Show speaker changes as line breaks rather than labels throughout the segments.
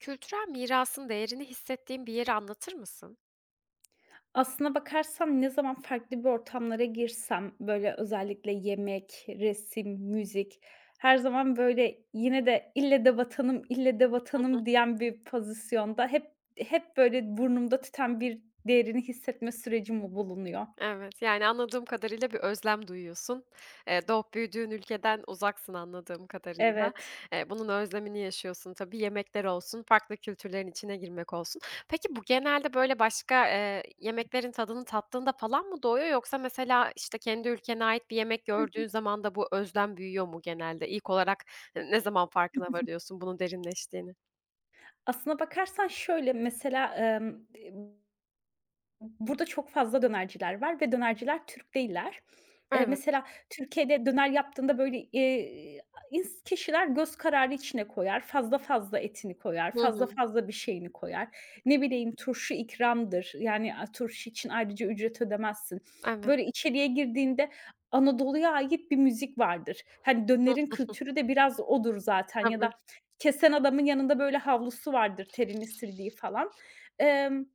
Kültürel mirasın değerini hissettiğin bir yeri anlatır mısın?
Aslına bakarsan ne zaman farklı bir ortamlara girsem, böyle, özellikle yemek, resim, müzik, her zaman, böyle, yine de "İlle de vatanım, ille de vatanım." diyen bir pozisyonda hep, böyle, burnumda tüten bir değerini hissetme süreci mi bulunuyor.
Evet, yani anladığım kadarıyla bir özlem duyuyorsun. Doğup büyüdüğün ülkeden uzaksın anladığım kadarıyla.
Evet.
Bunun özlemini yaşıyorsun tabii. Yemekler olsun, farklı kültürlerin içine girmek olsun. Peki bu genelde böyle başka, yemeklerin tadını tattığında falan mı doğuyor yoksa mesela, işte, kendi ülkene ait bir yemek
Hı hı.
gördüğün zaman da bu özlem büyüyor mu genelde? İlk olarak ne zaman farkına varıyorsun bunun derinleştiğini?
Aslına bakarsan şöyle, mesela, burada çok fazla dönerciler var ve dönerciler Türk değiller.
Evet.
Mesela Türkiye'de döner yaptığında, böyle, kişiler göz kararı içine koyar, fazla fazla etini koyar,
Hı
fazla
hı.
fazla bir şeyini koyar. Ne bileyim, turşu ikramdır, yani, turşu için ayrıca ücret ödemezsin.
Evet.
Böyle, içeriye girdiğinde Anadolu'ya ait bir müzik vardır. Hani, dönerin
Hı,
kültürü de biraz odur zaten ya
tabii.
da kesen adamın yanında, böyle, havlusu vardır terini sildiği falan. Emm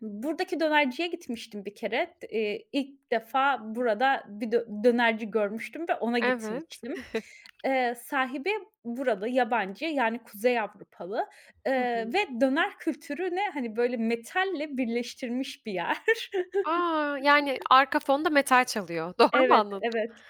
Buradaki dönerciye gitmiştim bir kere. T ilk defa burada bir dönerci görmüştüm ve ona
Evet.
gitmiştim. Sahibi buralı, yabancı, yani Kuzey Avrupalı,
Hı hı.
ve döner kültürünü, hani, böyle, metalle birleştirmiş bir yer.
A! Yani, arka fonda metal çalıyor. Doğru mu
Evet,
anladım?
evet,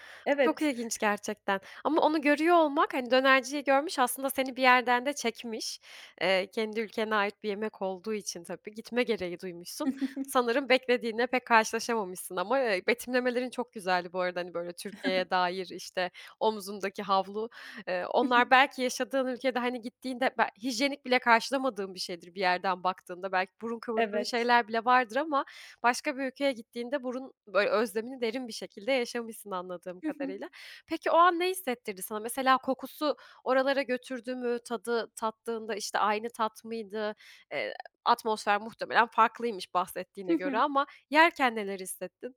Çok
evet.
ilginç gerçekten ama onu görüyor olmak, hani, dönerciyi görmüş, aslında seni bir yerden de çekmiş. Kendi ülkene ait bir yemek olduğu için tabii gitme gereği duymuşsun. Sanırım beklediğinle pek karşılaşamamışsın ama, betimlemelerin çok güzeldi bu arada. Hani, böyle, Türkiye'ye dair, işte, omzundaki havlu, onlar belki yaşadığın ülkede, hani, gittiğinde be hijyenik bile karşılamadığın bir şeydir bir yerden baktığında. Belki burun kıvırdığın
Evet.
şeyler bile vardır ama başka bir ülkeye gittiğinde burun böyle özlemini derin bir şekilde yaşamışsın anladığım
Hı hı.
kadarıyla. Peki o an ne hissettirdi sana? Mesela kokusu oralara götürdü mü? Tadı tattığında, işte, aynı tat mıydı? Eee, atmosfer muhtemelen farklıymış
Hı
bahsettiğine göre
hı.
ama yerken neler hissettin?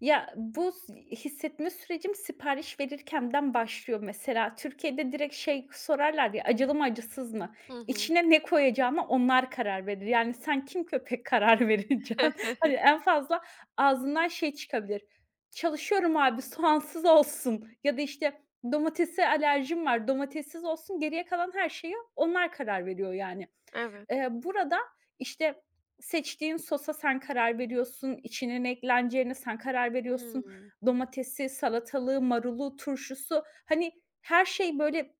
Ya, bu hissetme sürecim sipariş verirkenden başlıyor mesela. Türkiye'de direkt şey sorarlar ya, acılı mı acısız mı?
Hı hı.
İçine ne koyacağına onlar karar verir. Yani sen kim köpek karar vereceksin? Hani en fazla ağzından şey çıkabilir. "Çalışıyorum abi, soğansız olsun." ya da işte, "Domatese alerjim var, domatessiz olsun." Geriye kalan her şeye onlar karar veriyor yani.
Evet.
Burada, işte, seçtiğin sosa sen karar veriyorsun, içine ne ekleneceğine sen karar veriyorsun.
Hımm.
Domatesi, salatalığı, marulu, turşusu, hani, her şey böyle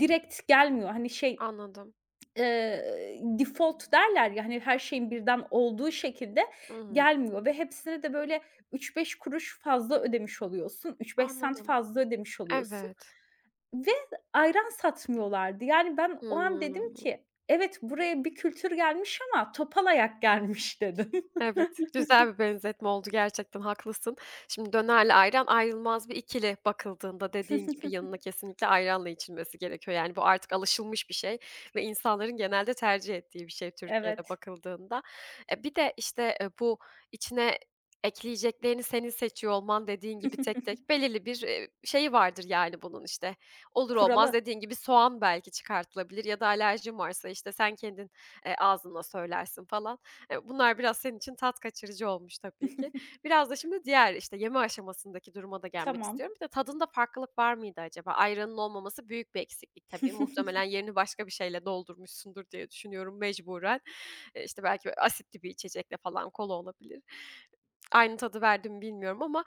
direkt gelmiyor. Hani, şey,
Anladım.
eee, default derler ya, hani, her şeyin birden olduğu şekilde
Hımm.
gelmiyor ve hepsine de böyle 3-5 kuruş fazla ödemiş oluyorsun. 3-5 sent
Anladım.
fazla ödemiş oluyorsun
Evet.
ve ayran satmıyorlardı. Yani, ben o an dedim
Hımm.
ki, "Evet, buraya bir kültür gelmiş ama topal ayak gelmiş." dedim.
Evet, güzel bir benzetme oldu gerçekten, haklısın. Şimdi dönerle ayran ayrılmaz bir ikili bakıldığında dediğin gibi yanına kesinlikle ayranla içilmesi gerekiyor. Yani bu artık alışılmış bir şey ve insanların genelde tercih ettiği bir şey Türkiye'de
Evet.
bakıldığında. E, bir de, işte, bu içine ekleyeceklerini senin seçiyor olman dediğin gibi tek tek belirli bir, şeyi vardır yani bunun, işte. Olur olmaz
Kuralı.
dediğin gibi soğan belki çıkartılabilir ya da alerjin varsa, işte, sen kendin, ağzınla söylersin falan. Bunlar biraz senin için tat kaçırıcı olmuş tabii ki. Biraz da şimdi diğer, işte, yeme aşamasındaki duruma da gelmek
Tamam.
istiyorum. Bir de tadında farklılık var mıydı acaba? Ayranın olmaması büyük bir eksiklik tabii. Muhtemelen yerini başka bir şeyle doldurmuşsundur diye düşünüyorum mecburen. İşte, belki böyle asitli bir içecekle falan kola olabilir. Aynı tadı verdi mi bilmiyorum ama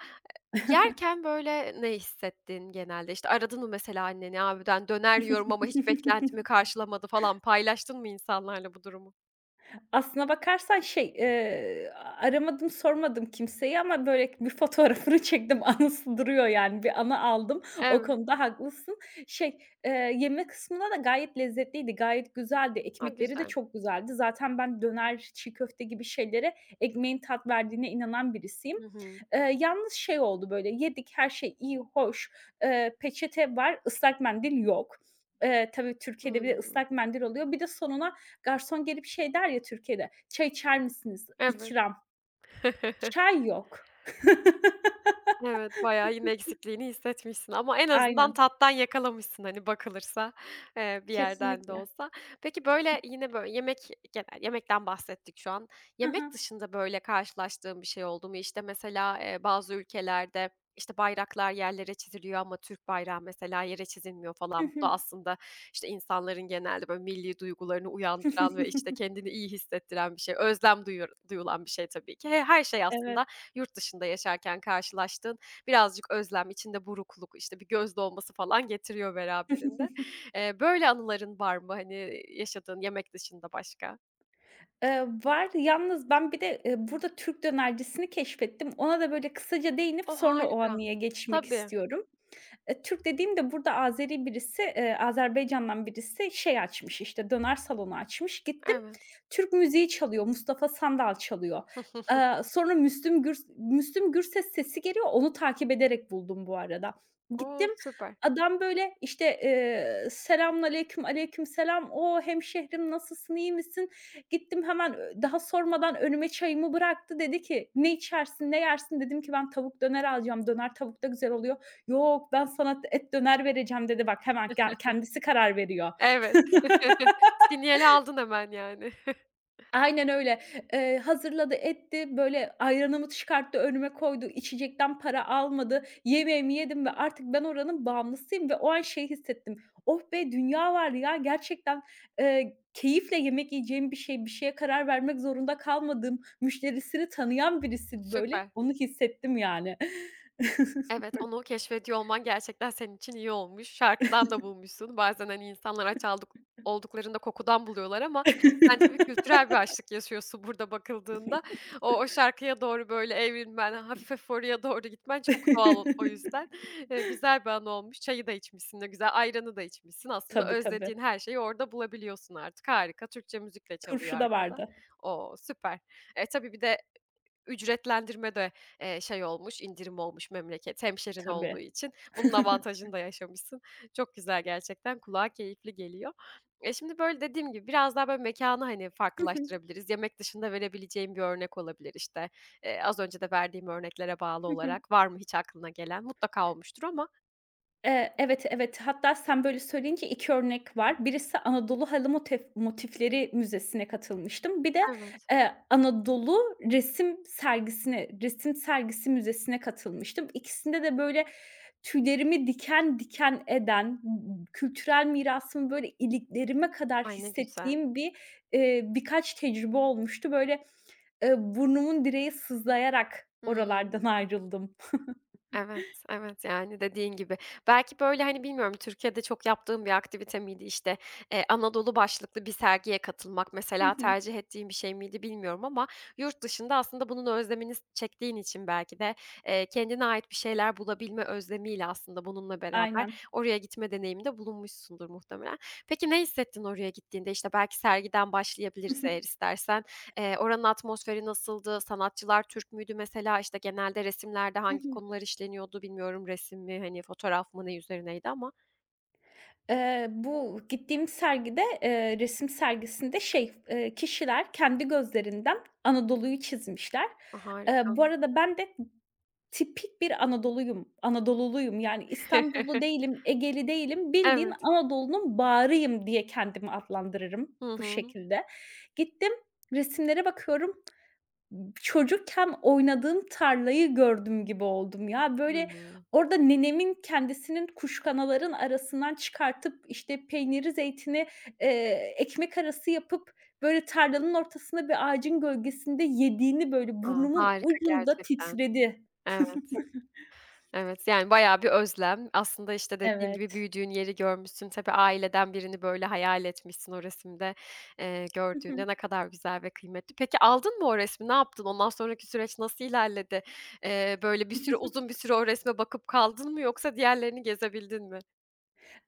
yerken, böyle, ne hissettin genelde? İşte, aradın mı mesela anneni, abiden "Döner yiyorum ama hiç beklentimi karşılamadı." falan paylaştın mı insanlarla bu durumu?
Aslına bakarsan şey, aramadım, sormadım kimseyi ama, böyle, bir fotoğrafını çektim. Anısı duruyor yani. Bir anı aldım. O
Evet.
konuda haklısın. Şey, yeme kısmında da gayet lezzetliydi. Gayet güzeldi.
A,
Ekmekleri de
güzel.
çok güzeldi. Zaten ben döner, çiğ köfte gibi şeylere ekmeğin tat verdiğine inanan birisiyim.
Hı hı.
Yalnız şey oldu, böyle, yedik, her şey iyi, hoş. Peçete var, ıslak mendil yok. Tabii Türkiye'de bir de
Hmm.
ıslak mendil oluyor. Bir de sonuna garson gelip şey der ya Türkiye'de, "Çay içer misiniz?"
Evet.
İkram. Çay yok.
Evet, bayağı yine eksikliğini hissetmişsin ama en azından
Aynen,
tattan yakalamışsın, hani, bakılırsa, bir yerden de
kesinlikle.
olsa. Peki, böyle, yine, böyle, yemek genel yemekten bahsettik şu an.
Hı hı.
Yemek dışında, böyle, karşılaştığın bir şey oldu mu? İşte, mesela, bazı ülkelerde, işte, bayraklar yerlere çiziliyor ama Türk bayrağı mesela yere çizilmiyor
Hı
falan. Bu da
hı.
aslında, işte, insanların genelde, böyle, millî duygularını uyandıran ve, işte, kendini iyi hissettiren bir şey. Özlem duyuyor duyulan bir şey tabii ki. He her şey
Evet.
aslında yurt dışında yaşarken karşılaştığın birazcık özlem, içinde burukluk, işte, bir göz dolması falan getiriyor beraberinde. Böyle anıların var mı, hani, yaşadığın yemek dışında başka?
Var. Yalnız ben bir de, burada Türk dönercisini keşfettim. Ona da böyle kısaca değinip
O,
sonra o
harika.
anıya geçmek
Tabii,
istiyorum. Türk dediğim de burada Azeri birisi, Azerbaycan'dan birisi şey açmış, işte, döner salonu açmış. Gittim,
evet.
Türk müziği çalıyor, Mustafa Sandal çalıyor. Sonra Müslüm Gürses sesi geliyor, onu takip ederek buldum bu arada.
O,
Gittim,
süper.
adam böyle, işte, "Selamünaleyküm." selam. "O, hemşehrim nasılsın, iyi misin?" Gittim hemen, daha sormadan önüme çayımı bıraktı. Dedi ki, "Ne içersin, ne yersin?" Dedim ki, "Ben tavuk döner alacağım, döner tavuk da güzel oluyor." "Yok, ben sana et döner vereceğim." dedi. Bak hemen ya kendisi karar veriyor.
Evet. Sinyali aldın hemen yani.
Aynen öyle. Hazırladı, etti, böyle ayranımı çıkarttı, önüme koydu, içecekten para almadı. Yemeğimi yedim ve artık ben oranın bağımlısıyım ve o an şey hissettim. "Oh be, dünya var ya." Gerçekten, keyifle yemek yiyeceğim bir şeye karar vermek zorunda kalmadığım, müşterisini tanıyan birisi böyle.
Süper.
Onu hissettim yani.
Evet, onu keşfediyor olman gerçekten senin için iyi olmuş. Şarkıdan da bulmuşsun. Bazen, hani, insanlar aç aldık olduklarında kokudan buluyorlar ama sen tabii kültürel bir açlık yaşıyorsun burada bakıldığında. O şarkıya doğru böyle evrilmen, hafif hafif oraya doğru gitmen çok doğal o yüzden. Güzel bir an olmuş. Çayı da içmişsin de güzel, ayranı da içmişsin. Aslında
Tabii,
özlediğin
tabii.
her şeyi orada bulabiliyorsun artık. Harika, Türkçe müzikle çalıyor
Turşu da
arkada.
vardı.
O, süper. E, tabii bir de ücretlendirme de, şey olmuş, indirim olmuş memleket hemşerin olduğu
Tabii.
için. Bunun avantajını da yaşamışsın. Çok güzel gerçekten, kulağa keyifli geliyor. E, şimdi, böyle, dediğim gibi biraz daha, böyle, mekânı, hani,
Hı hı.
farklılaştırabiliriz. Yemek dışında verebileceğim bir örnek olabilir, işte. Az önce de verdiğim örneklere bağlı
Hı hı.
olarak var mı hiç aklına gelen? Mutlaka olmuştur ama
Evet, evet. Hatta sen böyle söyleyince 2 örnek var. Birisi Anadolu Halı Motifleri Müzesi'ne katılmıştım. Bir de,
evet.
Anadolu Resim Sergisi Müzesi'ne katılmıştım. İkisinde de böyle tüylerimi diken diken eden, kültürel mirasımı böyle iliklerime kadar
Ay, ne güzel.
hissettiğim birkaç tecrübe olmuştu. Böyle, burnumun direği sızlayarak
Hıı.
oralardan ayrıldım.
Evet, evet, yani, dediğin gibi. Belki, böyle, hani, bilmiyorum, Türkiye'de çok yaptığım bir aktivite miydi? İşte Anadolu başlıklı bir sergiye katılmak
Hı
mesela
hı.
tercih ettiğim bir şey miydi bilmiyorum ama yurt dışında aslında bunun özlemini s çektiğin için belki de, kendine ait bir şeyler bulabilme özlemiyle aslında bununla beraber
Aynen.
oraya gitme deneyiminde bulunmuşsundur muhtemelen. Peki ne hissettin oraya gittiğinde? İşte, belki sergiden
Hı
başlayabiliriz
hı.
eğer istersen. Oranın atmosferi nasıldı? Sanatçılar Türk müydü mesela? İşte, genelde resimlerde
Hı
hangi
hı.
konular işleniyordu bilmiyorum. Resim mi, hani, fotoğraf mı, ne üzerineydi ama
Bu gittiğim sergide, resim sergisinde şey, kişiler kendi gözlerinden Anadolu'yu çizmişler.
a, harika.
Bu arada ben de tipik bir Anadolu'yum, Anadoluluyum. Yani İstanbullu değilim, Egeli değilim, bildiğin
Evet.
Anadolu'nun bağrıyım diye kendimi adlandırırım
Hı
bu
hı.
şekilde. Gittim, resimlere bakıyorum. Çocukken oynadığım tarlayı gördüm gibi oldum ya.
Hı
Böyle,
hı.
orada nenemin kendisinin kuşkanaların arasından çıkartıp, işte, peyniri, zeytini, ekmek arası yapıp, böyle, tarlanın ortasında bir ağacın gölgesinde yediğini, böyle,
A,
burnumun
harika
ucunda
gerçekten.
titredi.
Evet. Evet, yani bayağı bir özlem. Aslında, işte, dediğin gibi
Evet.
büyüdüğün yeri görmüşsün. Tabii aileden birini böyle hayal etmişsin o resimde, gördüğünde ne kadar güzel ve kıymetli. Peki aldın mı o resmi? Ne yaptın? Ondan sonraki süreç nasıl ilerledi? Böyle bir
Hı
süre
hı.
uzun bir süre o resme bakıp kaldın mı yoksa diğerlerini gezebildin mi?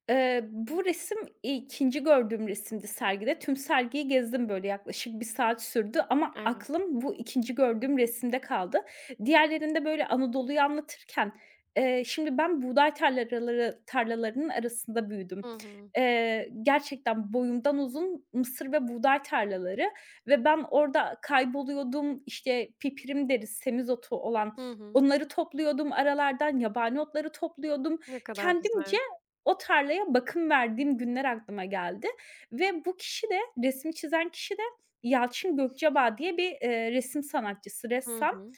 Bu resim ikinci gördüğüm resimdi sergide. Tüm sergiyi gezdim, böyle, yaklaşık bir saat sürdü ama
Evet.
aklım bu ikinci gördüğüm resimde kaldı. Diğerlerinde, böyle, Anadolu'yu anlatırken, şimdi ben buğday tarlalarının arasında büyüdüm.
Hı hı.
Gerçekten boyumdan uzun mısır ve buğday tarlaları ve ben orada kayboluyordum. İşte, pipirim deriz, semizotu olan,
Hı hı.
onları topluyordum aralardan, yabani otları topluyordum.
Ne kadar
Kendimce
güzel.
o tarlaya bakım verdiğim günler aklıma geldi ve bu kişi de, resmi çizen kişi de Yalçın Gökçeada diye bir, resim sanatçısı,
Hı
ressam,
hı.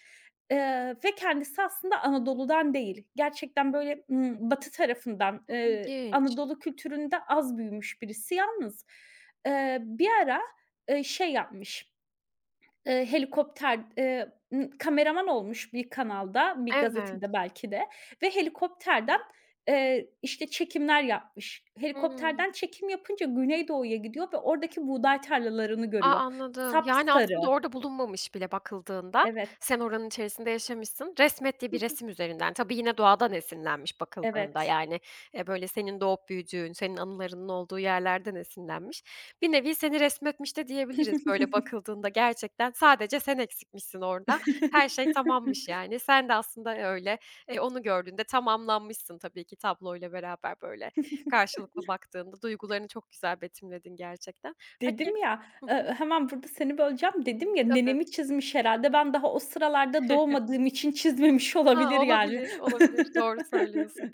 ve kendisi aslında Anadolu'dan değil. Gerçekten böyle, batı tarafından,
İlginç.
Anadolu kültüründe az büyümüş birisi. Yalnız, bir ara, şey yapmış. Helikopter, kameraman olmuş bir kanalda, bir
Evet.
gazetede belki de ve helikopterden, işte, çekimler yapmış.
Hıı.
Helikopterden çekim yapınca Güneydoğu'ya gidiyor ve oradaki buğday tarlalarını
A,
görüyor.
anladım. Yani,
Sapsarı.
aslında orada bulunmamış bile bakıldığında.
Evet.
Sen oranın içerisinde yaşamışsın. Resmettiği
Hı
bir
hı.
resim üzerinden. Tabii yine doğadan esinlenmiş bakıldığında,
Evet.
yani, böyle, senin doğup büyüdüğün, senin anılarının olduğu yerlerden esinlenmiş. Bir nevi seni resmetmiş de diyebiliriz, böyle, bakıldığında gerçekten sadece sen eksikmişsin orada. Her şey tamammış, yani. Sen de aslında öyle, onu gördüğünde tamamlanmışsın tabii ki tabloyla beraber, böyle, karşılıklı baktığında. Duygularını çok güzel betimledin gerçekten. Peki
Dedim ya,
Hı hı.
hemen burada seni böleceğim. Dedim ya,
Tabii.
nenemi çizmiş herhâlde. Ben daha o sıralarda doğmadığım için çizmemiş
Ha,
olabilir yani.
olabilir, olabilir. Doğru söylüyorsun.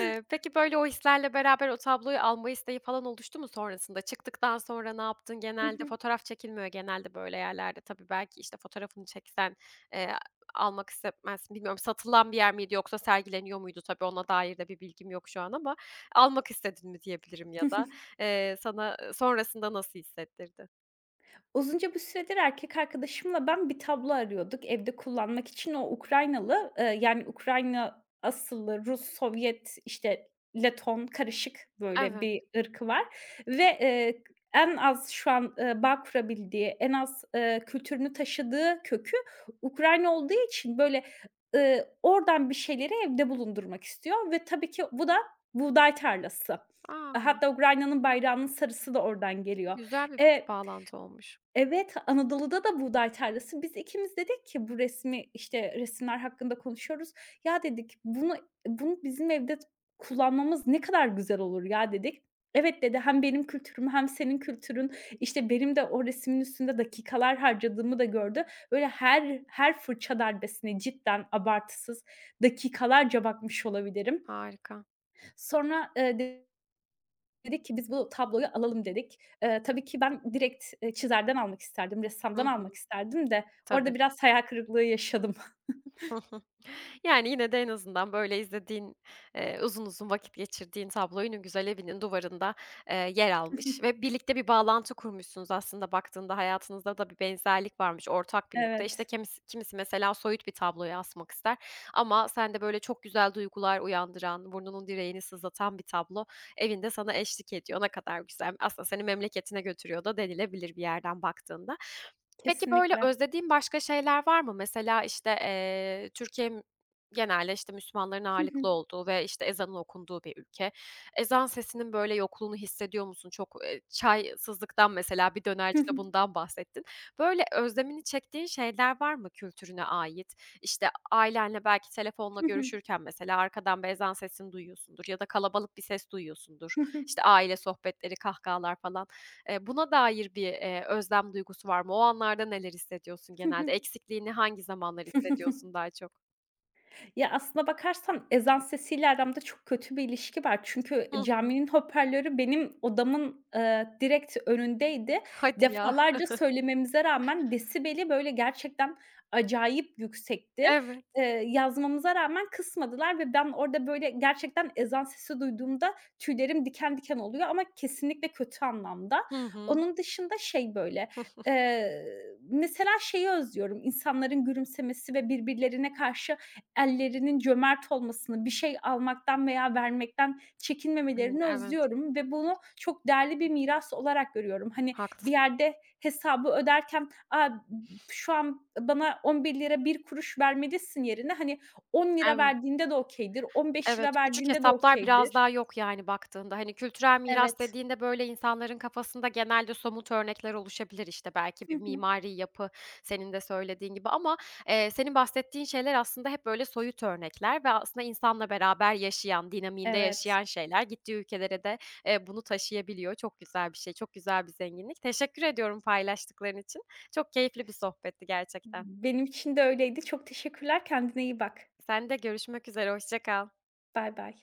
Peki, böyle, o hislerle beraber o tabloyu alma isteği falan oluştu mu sonrasında? Çıktıktan sonra ne yaptın?
I
Genelde
hı.
fotoğraf çekilmiyor genelde böyle yerlerde. Tabii, belki, işte, fotoğrafını çeksen, eee, almak istemezsin. Bilmiyorum satılan bir yer miydi yoksa sergileniyor muydu? Tabii, ona dair de bir bilgim yok şu an ama almak istedin mi diyebilirim ya da, sana, sonrasında nasıl hissettirdi?
Uzunca bir süredir erkek arkadaşımla ben bir tablo arıyorduk evde kullanmak için. O Ukraynalı, yani Ukrayna asıllı Rus, Sovyet, işte, Leton karışık böyle
Evet.
bir ırkı var ve, en az şu an, bağ kurabildiği, en az, kültürünü taşıdığı kökü Ukrayna olduğu için, böyle, oradan bir şeyleri evde bulundurmak istiyor ve tabii ki bu da buğday tarlası.
A!
Hatta Ukrayna'nın bayrağının sarısı da oradan geliyor.
Güzel bir
Eee
bağlantı olmuş.
Evet, Anadolu'da da buğday tarlası. Biz ikimiz dedik ki bu resmi, işte, resimler hakkında konuşuyoruz. "Ya" dedik, bunu bizim evde kullanmamız ne kadar güzel olur ya." dedik. "Evet." dedi, "Hem benim kültürüm hem senin kültürün." işte benim de o resmin üstünde dakikalar harcadığımı da gördü. Böyle her fırça darbesine cidden abartısız dakikalarca bakmış olabilirim.
Harika.
Sonra, dedik ki, "Biz bu tabloyu alalım." dedik. Tabii ki ben direkt, çizerden almak isterdim,
Hı
ressamdan
hı.
almak isterdim de
Tabii.
orada biraz hayal kırıklığı yaşadım.
Yani, yine de en azından, böyle, izlediğin, uzun uzun vakit geçirdiğin tablo yine güzel evinin duvarında, yer
Hı hı.
almış ve birlikte bir bağlantı kurmuşsunuz aslında baktığında hayatınızda da bir benzerlik varmış, ortak bir nokta. İşte,
Evet,
kimisi mesela soyut bir tabloya asmak ister ama sende, böyle, çok güzel duygular uyandıran, burnunun direğini sızlatan bir tablo evinde sana eşlik ediyor. Ne kadar güzel. Aslında seni memleketine götürüyor da denilebilir bir yerden baktığında. Peki, böyle,
kesinlikle.
özlediğin başka şeyler var mı? Mesela, işte, Türkiye m genelde, işte, Müslümanların ağırlıklı olduğu ve, işte, ezanın okunduğu bir ülke. Ezan sesinin, böyle, yokluğunu hissediyor musun? Çok, çaysızlıktan mesela bir dönercide bundan bahsettin. Böyle özlemini çektiğin şeyler var mı kültürüne ait? İşte, ailenle belki telefonla
Hı hı.
görüşürken mesela arkadan bir ezan sesini duyuyorsundur ya da kalabalık bir ses duyuyorsundur.
Hı hı. Hı hı.
İşte, aile sohbetleri, kahkahalar falan. Buna dair bir, özlem duygusu var mı? O anlarda neler hissediyorsun
Hı
genelde?
hı.
Eksikliğini hangi zamanlar
Hı hı.
hissediyorsun daha çok?
Ya, aslına bakarsan ezan sesiyle aramda çok kötü bir ilişki var. Çünkü
Hıh.
caminin hoparlörü benim odamın, direkt önündeydi.
Hadi ya.
Defalarca söylememize rağmen desibeli, böyle, gerçekten acayip yüksekti.
Evet.
Yazmamıza rağmen kısmadılar ve ben orada, böyle, gerçekten ezan sesi duyduğumda tüylerim diken diken oluyor ama kesinlikle kötü anlamda.
Hı hı.
Onun dışında şey, böyle, eee, mesela şeyi özlüyorum, insanların gülümsemesi ve birbirlerine karşı ellerinin cömert olmasını, bir şey almaktan veya vermekten
Aynen,
çekinmemelerini
evet.
özlüyorum ve bunu çok değerli bir miras olarak görüyorum. Hani, bir
Haklısın.
yerde hesabı öderken, "A, şu an bana 11 lira 1 kuruş vermelisin." yerine, hani, 10 lira
Evet.
verdiğinde de okay'dir, on beş
Evet,
lira
küçük
verdiğinde de
hesaplar biraz
okay'dir.
daha yok yani baktığında. Hani kültürel miras
Evet.
dediğinde böyle insanların kafasında genelde somut örnekler oluşabilir işte belki
Hı
bir
hı.
mimari yapı senin de söylediğin gibi ama, senin bahsettiğin şeyler aslında hep böyle soyut örnekler ve aslında insanla beraber yaşayan, dinamiğinde
Evet.
yaşayan şeyler. Gittiği ülkelere de, bunu taşıyabiliyor. Çok güzel bir şey, çok güzel bir zenginlik. Teşekkür ediyorum paylaştıkların için. Çok keyifli bir sohbetti gerçekten.
Benim için de öyleydi. Çok teşekkürler. Kendine iyi bak.
Sen de görüşmek üzere, hoşça kal.
Baybay.